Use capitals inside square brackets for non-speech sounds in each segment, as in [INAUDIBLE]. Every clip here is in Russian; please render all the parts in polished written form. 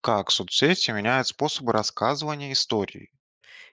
Как соцсети меняют способы рассказывания истории?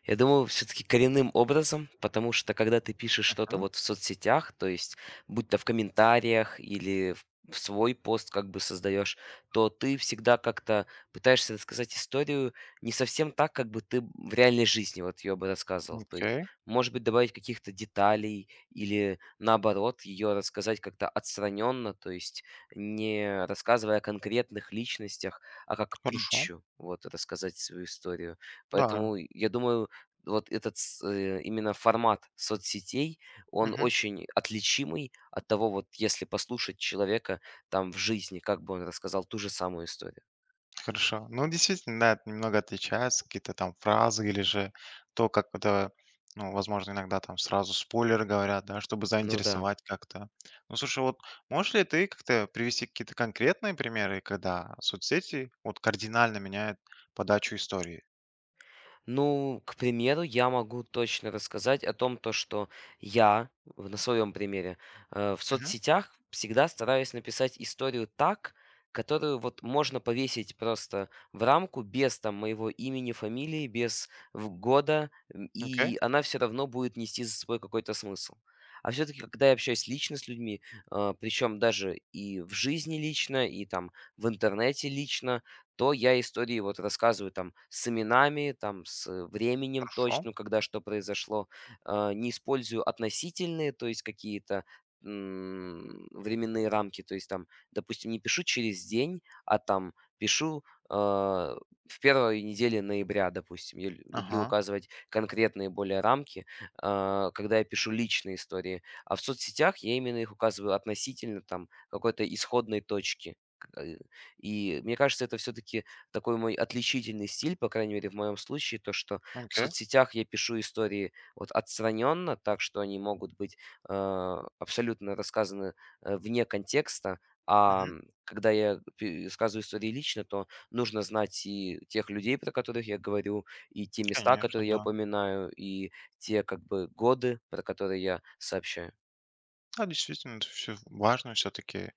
Я думаю, все таки коренным образом, потому что когда ты пишешь что-то Мгм. вот в соцсетях, то есть будь то в комментариях или в свой пост как бы создаешь, то ты всегда как-то пытаешься рассказать историю не совсем так, как бы ты в реальной жизни вот ее бы рассказывал. То есть, Окей, может быть, добавить каких-то деталей или, наоборот, ее рассказать как-то отстраненно, то есть не рассказывая о конкретных личностях, а как хорошо. притчу вот рассказать свою историю. Да. Поэтому я думаю, вот этот именно формат соцсетей, он Мгм. очень отличимый от того, вот если послушать человека там в жизни, как бы он рассказал ту же самую историю. Хорошо. Ну, действительно, да, это немного отличается, какие-то там фразы или же то, как это, ну, возможно, иногда там сразу спойлеры говорят, да, чтобы Ну да. заинтересовать как-то. Ну, слушай, вот можешь ли ты как-то привести какие-то конкретные примеры, когда соцсети вот кардинально меняют подачу истории? Ну, к примеру, я могу точно рассказать о том, то, что я, на своем примере, в Мгм. соцсетях всегда стараюсь написать историю так, которую вот можно повесить просто в рамку без там моего имени, фамилии, без года, Окей, и она все равно будет нести за собой какой-то смысл. А все-таки, когда я общаюсь лично с людьми, причем даже и в жизни лично, и там в интернете лично, то я истории вот рассказываю там с именами, там с временем хорошо. точно когда что произошло. Не использую относительные, то есть какие-то временные рамки, то есть там, допустим, не пишу через день, а там пишу в первой неделе ноября, допустим. Я люблю Ага, указывать конкретные более рамки, когда я пишу личные истории. А в соцсетях я именно их указываю относительно там какой-то исходной точки, и мне кажется, это все-таки такой мой отличительный стиль, по крайней мере, в моем случае, то, что в окей. соцсетях я пишу истории вот отстраненно, так что они могут быть абсолютно рассказаны вне контекста, Мгм. Когда я рассказываю истории лично, то нужно знать и тех людей, про которых я говорю, и те места, Конечно, которые я да. упоминаю, и те как бы годы, про которые я сообщаю. Да, действительно, это все важно все-таки.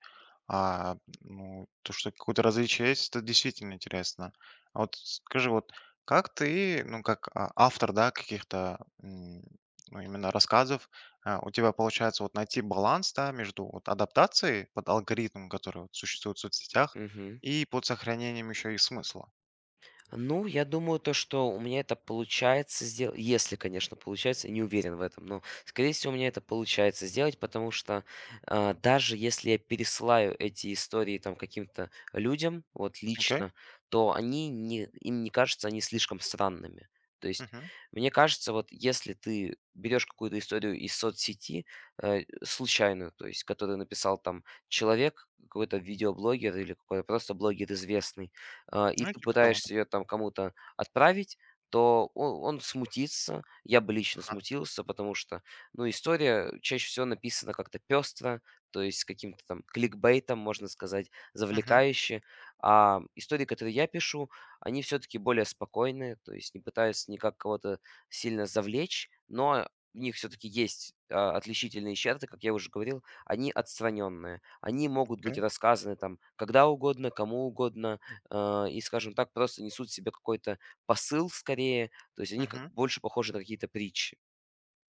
А, ну, то, что какое-то различие есть, это действительно интересно. А вот скажи, вот как ты, ну, как автор, да, каких-то ну, именно рассказов, у тебя получается вот найти баланс, да, между вот адаптацией под алгоритм, который вот существует в соцсетях, Мгм. и под сохранением еще и смысла. Ну, я думаю, то, что у меня это получается сделать, если, конечно, получается, не уверен в этом, но, скорее всего, у меня это получается сделать, потому что даже если я пересылаю эти истории там каким-то людям, вот Окей? лично, то они не, им не кажется, они слишком странными. То есть, Мгм. мне кажется, вот если ты берешь какую-то историю из соцсети, случайную, то есть, которую написал там человек, какой-то видеоблогер или какой-то просто блогер известный, и Ну, ты типа того. Да. пытаешься ее там кому-то отправить, то он смутится. Я бы лично Ага. смутился, потому что, ну, история чаще всего написана как-то пестро, то есть с каким-то там кликбейтом, можно сказать, Мгм. завлекающе. А истории, которые я пишу, они все-таки более спокойные, то есть не пытаются никак кого-то сильно завлечь, но в них все-таки есть отличительные черты, как я уже говорил, они отстраненные. Они могут Окей. быть рассказаны там когда угодно, кому угодно, и, скажем так, просто несут в себе какой-то посыл скорее. То есть они как Мгм. больше похожи на какие-то притчи.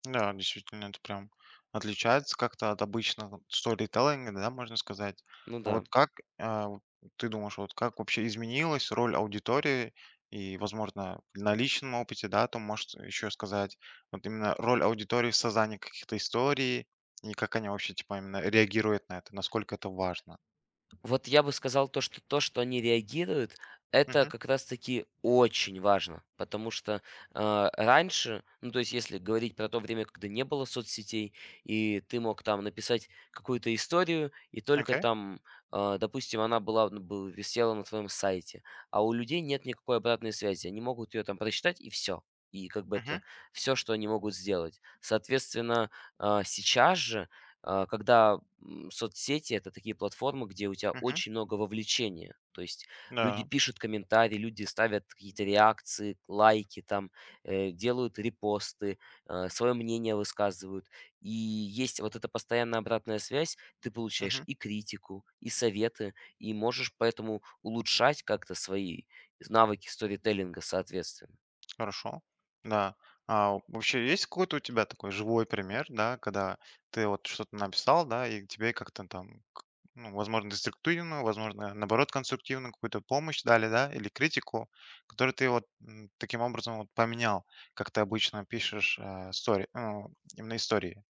Да, действительно, это прям отличается как-то от обычного сторителлинга, да, можно сказать. Ну А да. вот как вот ты думаешь, вот как вообще изменилась роль аудитории и, возможно, на личном опыте, да, там может еще сказать, вот именно роль аудитории в создании каких-то историй и как они вообще, типа, именно реагируют на это, насколько это важно. Вот я бы сказал то, что они реагируют, это Мгм. как раз-таки очень важно, потому что раньше, ну то есть если говорить про то время, когда не было соцсетей, и ты мог там написать какую-то историю, и только Окей. там, допустим, она была, ну, висела на твоем сайте, а у людей нет никакой обратной связи, они могут ее там прочитать и все. И как бы Мгм. это все, что они могут сделать. Соответственно, сейчас же когда соцсети это такие платформы, где у тебя Мгм. очень много вовлечения. То есть люди Да. пишут комментарии, люди ставят какие-то реакции, лайки там, делают репосты, свое мнение высказывают. И есть вот эта постоянная обратная связь, ты получаешь и критику, и советы, и можешь поэтому улучшать как-то свои навыки сторителлинга, соответственно. Хорошо. Да. А вообще есть какой-то у тебя такой живой пример, да, когда ты вот что-то написал, да, и тебе как-то там, ну, возможно, деструктивную, возможно, наоборот, конструктивную какую-то помощь дали, да, или критику, которую ты вот таким образом вот поменял, как ты обычно пишешь ну, именно истории.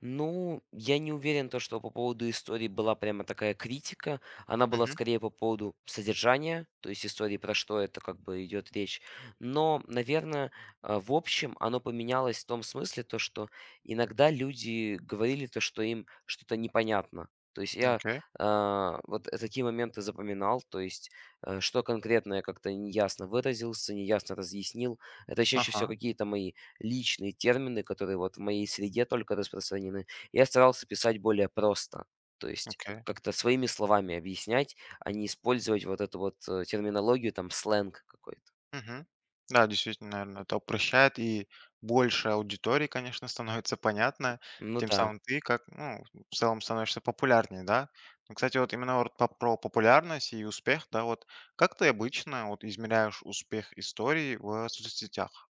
Ну, я не уверен, то, что по поводу истории была прямо такая критика. Она была Мгм. скорее по поводу содержания, то есть истории, про что это как бы идет речь. Но, наверное, в общем, оно поменялось в том смысле, то, что иногда люди говорили то, что им что-то непонятно. То есть я Окей. Такие моменты запоминал, то есть что конкретно я как-то неясно выразился, неясно разъяснил. Это чаще всего Ага. какие-то мои личные термины, которые вот в моей среде только распространены. Я старался писать более просто, то есть Окей. как-то своими словами объяснять, а не использовать вот эту вот терминологию, там сленг какой-то. Мгм. Да, действительно, наверное, это упрощает, и больше аудитории, конечно, [LAUGHS] становится понятно. Ну Тем да. самым ты как, ну, в целом становишься популярнее, да? Ну, кстати, вот именно вот про популярность и успех, да, вот как ты обычно вот измеряешь успех истории в соцсетях?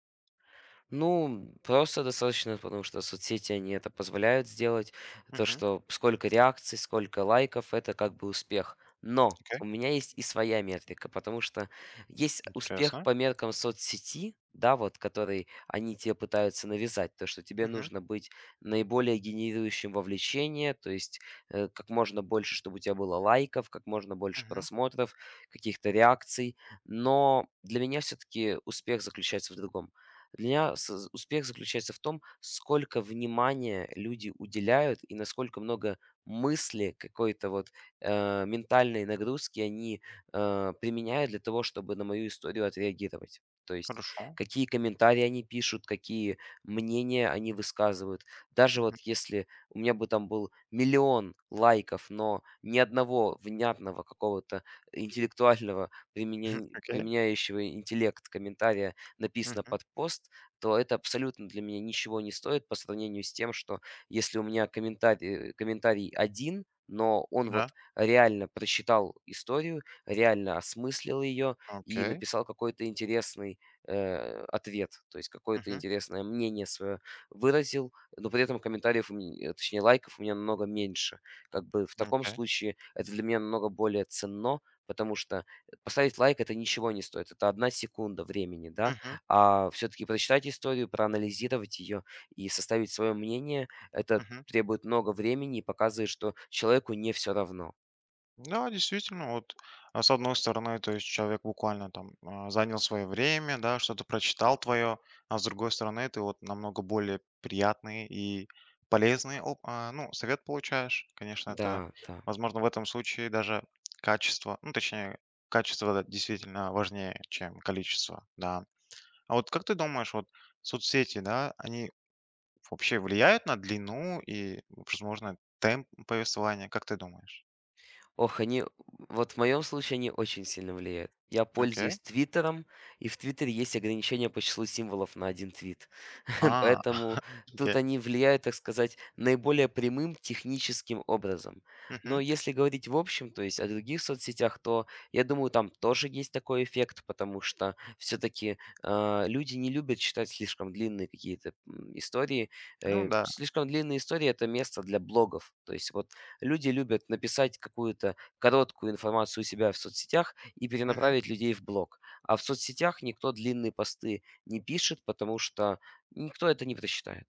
Ну, просто достаточно, потому что соцсети, они это позволяют сделать. То, Мгм. что сколько реакций, сколько лайков, это как бы успех. Но Окей, у меня есть и своя метрика, потому что есть успех интересно. по меркам соцсети, да, вот, который они тебе пытаются навязать, то, что тебе Мгм. нужно быть наиболее генерирующим вовлечение, то есть как можно больше, чтобы у тебя было лайков, как можно больше Мгм. просмотров, каких-то реакций. Но для меня все-таки успех заключается в другом. Для меня с успех заключается в том, сколько внимания люди уделяют и насколько много мысли какой-то вот ментальной нагрузки они применяют для того, чтобы на мою историю отреагировать. То есть Хорошо. какие комментарии они пишут, какие мнения они высказывают. Даже Мгм. вот если у меня бы там был миллион лайков, но ни одного внятного какого-то интеллектуального, [LAUGHS] Окей. применяющего интеллект комментария написано Мгм. под пост, то это абсолютно для меня ничего не стоит по сравнению с тем, что если у меня комментарий один, но он Да. вот реально прочитал историю, реально осмыслил ее и Окей. написал какой-то интересный ответ, то есть какое-то Мгм. интересное мнение свое выразил, но при этом комментариев, точнее лайков у меня намного меньше. Как бы в таком Окей. случае это для меня намного более ценно, потому что поставить лайк это ничего не стоит, это 1 секунда времени, да, Мгм. а все-таки прочитать историю, проанализировать ее и составить свое мнение, это Мгм. требует много времени и показывает, что человеку не все равно. Да, действительно, вот с одной стороны, то есть человек буквально там занял свое время, да, что-то прочитал твое, а с другой стороны, ты вот намного более приятный и полезный, ну, совет получаешь. Конечно, это, Да, да. возможно, в этом случае даже качество, ну, точнее, качество да, действительно важнее, чем количество, да. А вот как ты думаешь, вот соцсети, да, они вообще влияют на длину и, возможно, темп повествования, как ты думаешь? Ох, вот в моем случае они очень сильно влияют. Я Окей. пользуюсь "Твиттером", и в "Твиттере" есть ограничение по числу символов на один твит. [LAUGHS] А, Поэтому [LAUGHS] тут они влияют, так сказать, наиболее прямым техническим образом. Но Мгм. если говорить в общем, то есть о других соцсетях, то, я думаю, там тоже есть такой эффект, потому что все таки люди не любят читать слишком длинные какие-то, истории. Ну Э, да, слишком длинные истории- это место для блогов. То есть вот люди любят написать какую-то короткую информацию у себя в соцсетях и мгм. перенаправить людей в блог. А в соцсетях никто длинные посты не пишет, потому что никто это не прочитает.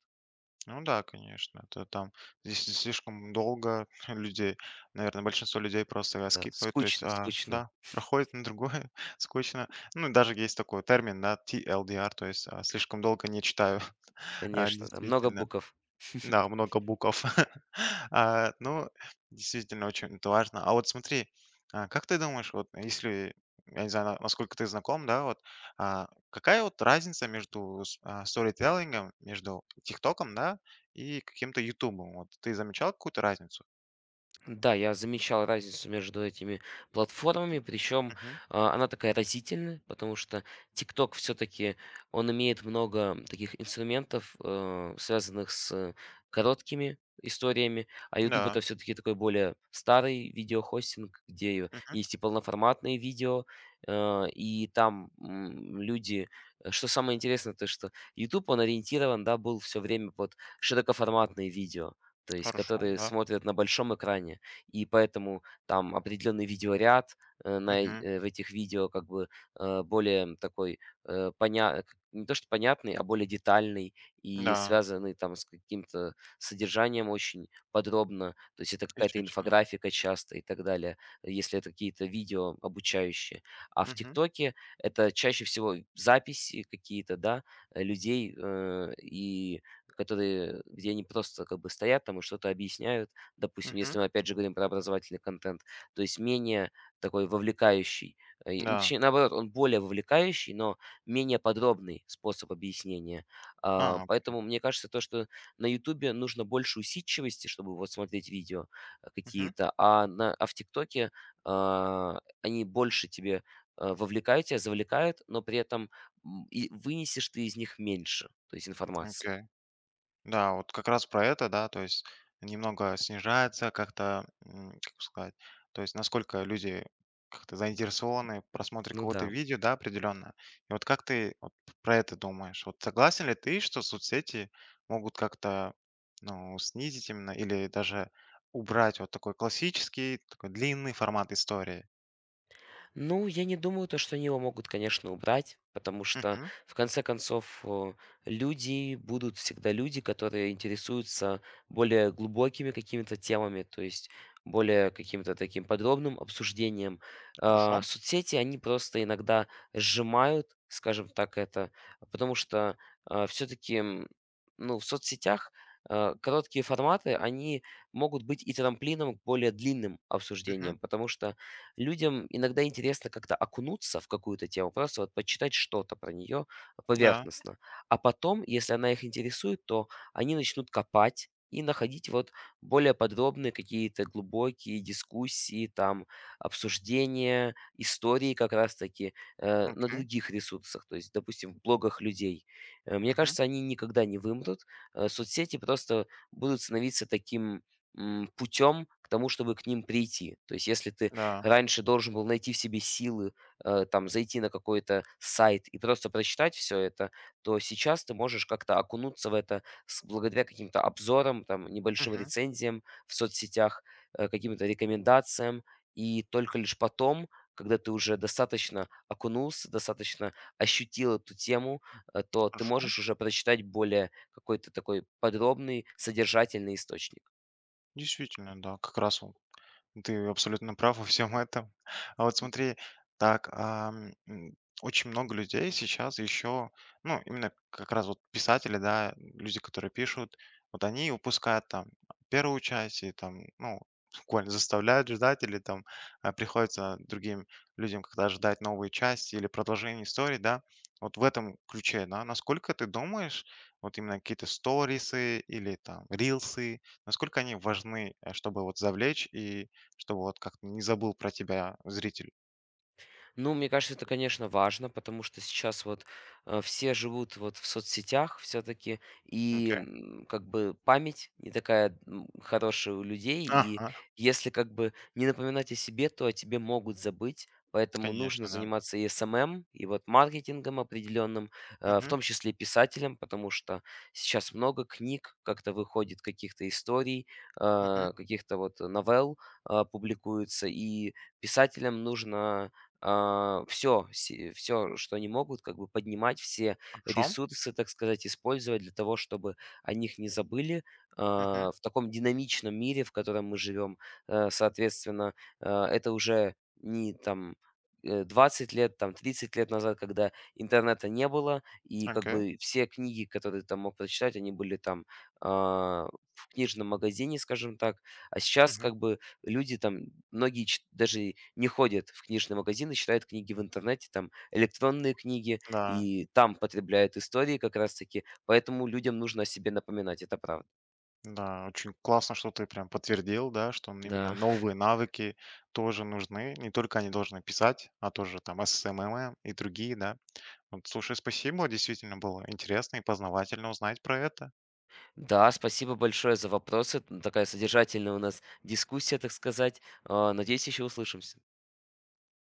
Ну да, конечно. Это там здесь слишком долго [LAUGHS] людей. Наверное, большинство людей просто Да, скипают, то есть, скучно, скучно, да, проходит на другое, [LAUGHS] скучно. Ну, даже есть такой термин, да, TLDR, то есть слишком долго не читаю. [LAUGHS] А, конечно, да, много действительно. букв. Да, [LAUGHS] много букв. [LAUGHS] А, ну, действительно, очень это важно. А вот смотри, как ты думаешь, вот если, я не знаю, насколько ты знаком, да, вот, какая вот разница между сторителлингом, между ТикТоком, да, и каким-то Ютубом? Вот ты замечал какую-то разницу? Да, я замечал разницу между этими платформами, причем Мгм. Она такая разительная, потому что TikTok все-таки он имеет много таких инструментов, связанных с короткими историями, а YouTube Да. это все-таки такой более старый видеохостинг, где Мгм. есть и полноформатные видео, и там люди, что самое интересное, то что YouTube он ориентирован, да, был все время под широкоформатные видео, то есть Хорошо, которые да. смотрят на большом экране и поэтому там определенный видеоряд Мгм. В этих видео как бы более такой не то что понятный, а более детальный и Да, связанный там с каким-то содержанием очень подробно. То есть это какая-то действительно. инфографика часто и так далее, если это какие-то видео обучающие. А в Мгм. ТикТоке это чаще всего записи какие-то, да, людей и где они просто как бы стоят там и что-то объясняют. Допустим, Мгм. если мы опять же говорим про образовательный контент, то есть менее такой вовлекающий, и ну, Да. точнее, наоборот, он более вовлекающий, но менее подробный способ объяснения. А, А, окей. поэтому мне кажется, то, что на "Ютубе" нужно больше усидчивости, чтобы вот смотреть видео, Мгм. какие-то, а на а в "ТикТоке", они больше тебе, вовлекают тебя, завлекают, но при этом, и вынесешь ты из них меньше, то есть информации. Окей. Да, вот как раз про это, да, то есть немного снижается как-то, как бы сказать, то есть насколько люди как-то заинтересованы в просмотре Ну какого-то да. видео, да, определенно. И вот как ты вот про это думаешь? Вот согласен ли ты, что соцсети могут как-то, ну, снизить именно или даже убрать вот такой классический, такой длинный формат истории? Ну, я не думаю, то, что они его могут, конечно, убрать, потому что, Мгм. в конце концов, люди будут всегда люди, которые интересуются более глубокими какими-то темами, то есть более каким-то таким подробным обсуждением. Хорошо. Соцсети, они просто иногда сжимают, скажем так, это, потому что все-таки, ну, в соцсетях короткие форматы, они могут быть и трамплином к более длинным Мгм. обсуждениям, потому что людям иногда интересно как-то окунуться в какую-то тему, просто вот почитать что-то про нее Да. поверхностно. А потом, если она их интересует, то они начнут копать и находить вот более подробные какие-то глубокие дискуссии, там, обсуждения, истории как раз-таки на Окей. других ресурсах, то есть, допустим, в блогах людей. Мне Мгм. кажется, они никогда не вымрут. Соцсети просто будут становиться таким путем к тому, чтобы к ним прийти. То есть, если ты Да. раньше должен был найти в себе силы, там, зайти на какой-то сайт и просто прочитать все это, то сейчас ты можешь как-то окунуться в это с благодаря каким-то обзорам, там, небольшим Мгм. рецензиям в соцсетях, каким-то рекомендациям. И только лишь потом, когда ты уже достаточно окунулся, достаточно ощутил эту тему, то ты Хорошо. можешь уже прочитать более какой-то такой подробный, содержательный источник. Действительно, да, как раз вот ты абсолютно прав во всем этом. А вот смотри, так, очень много людей сейчас еще, ну, именно как раз вот писатели, да, люди, которые пишут, вот они упускают там первую часть и там, ну, буквально заставляют ждать или там приходится другим людям когда ждать новые части или продолжение истории, да, вот в этом ключе, да, насколько ты думаешь, вот именно какие-то сторисы или там рилсы, насколько они важны, чтобы вот завлечь и чтобы вот как-то не забыл про тебя зритель. Ну, мне кажется, это, конечно, важно, потому что сейчас вот все живут вот в соцсетях все-таки, и Окей. Как бы память не такая хорошая у людей, и Ага, если как бы не напоминать о себе, то о тебе могут забыть, поэтому нужно конечно, да. заниматься и СММ, и вот маркетингом определенным, в Мгм, том числе и писателем, потому что сейчас много книг, как-то выходит каких-то историй, мгм. Каких-то вот новелл публикуется, и писателям нужно все что они могут, как бы поднимать, все Хорошо. ресурсы, так сказать, использовать для того, чтобы о них не забыли. Мгм. В таком динамичном мире, в котором мы живем, соответственно, это уже не там, 20 лет, там 30 лет назад, когда интернета не было, и как Окей. бы все книги, которые ты там мог прочитать, они были там, а, в книжном магазине, скажем так. А сейчас Мгм. как бы люди там, многие даже не ходят в книжные магазины, читают книги в интернете, там электронные книги, Да, и там потребляют истории как раз-таки, поэтому людям нужно о себе напоминать, это правда. да, очень классно, что ты прям подтвердил, да, что именно Да, новые навыки тоже нужны. Не только они должны писать, а тоже там SMM и другие, да. Вот, слушай, спасибо, действительно было интересно и познавательно узнать про это. да, спасибо большое за вопросы, такая содержательная у нас дискуссия, так сказать. Надеюсь, еще услышимся.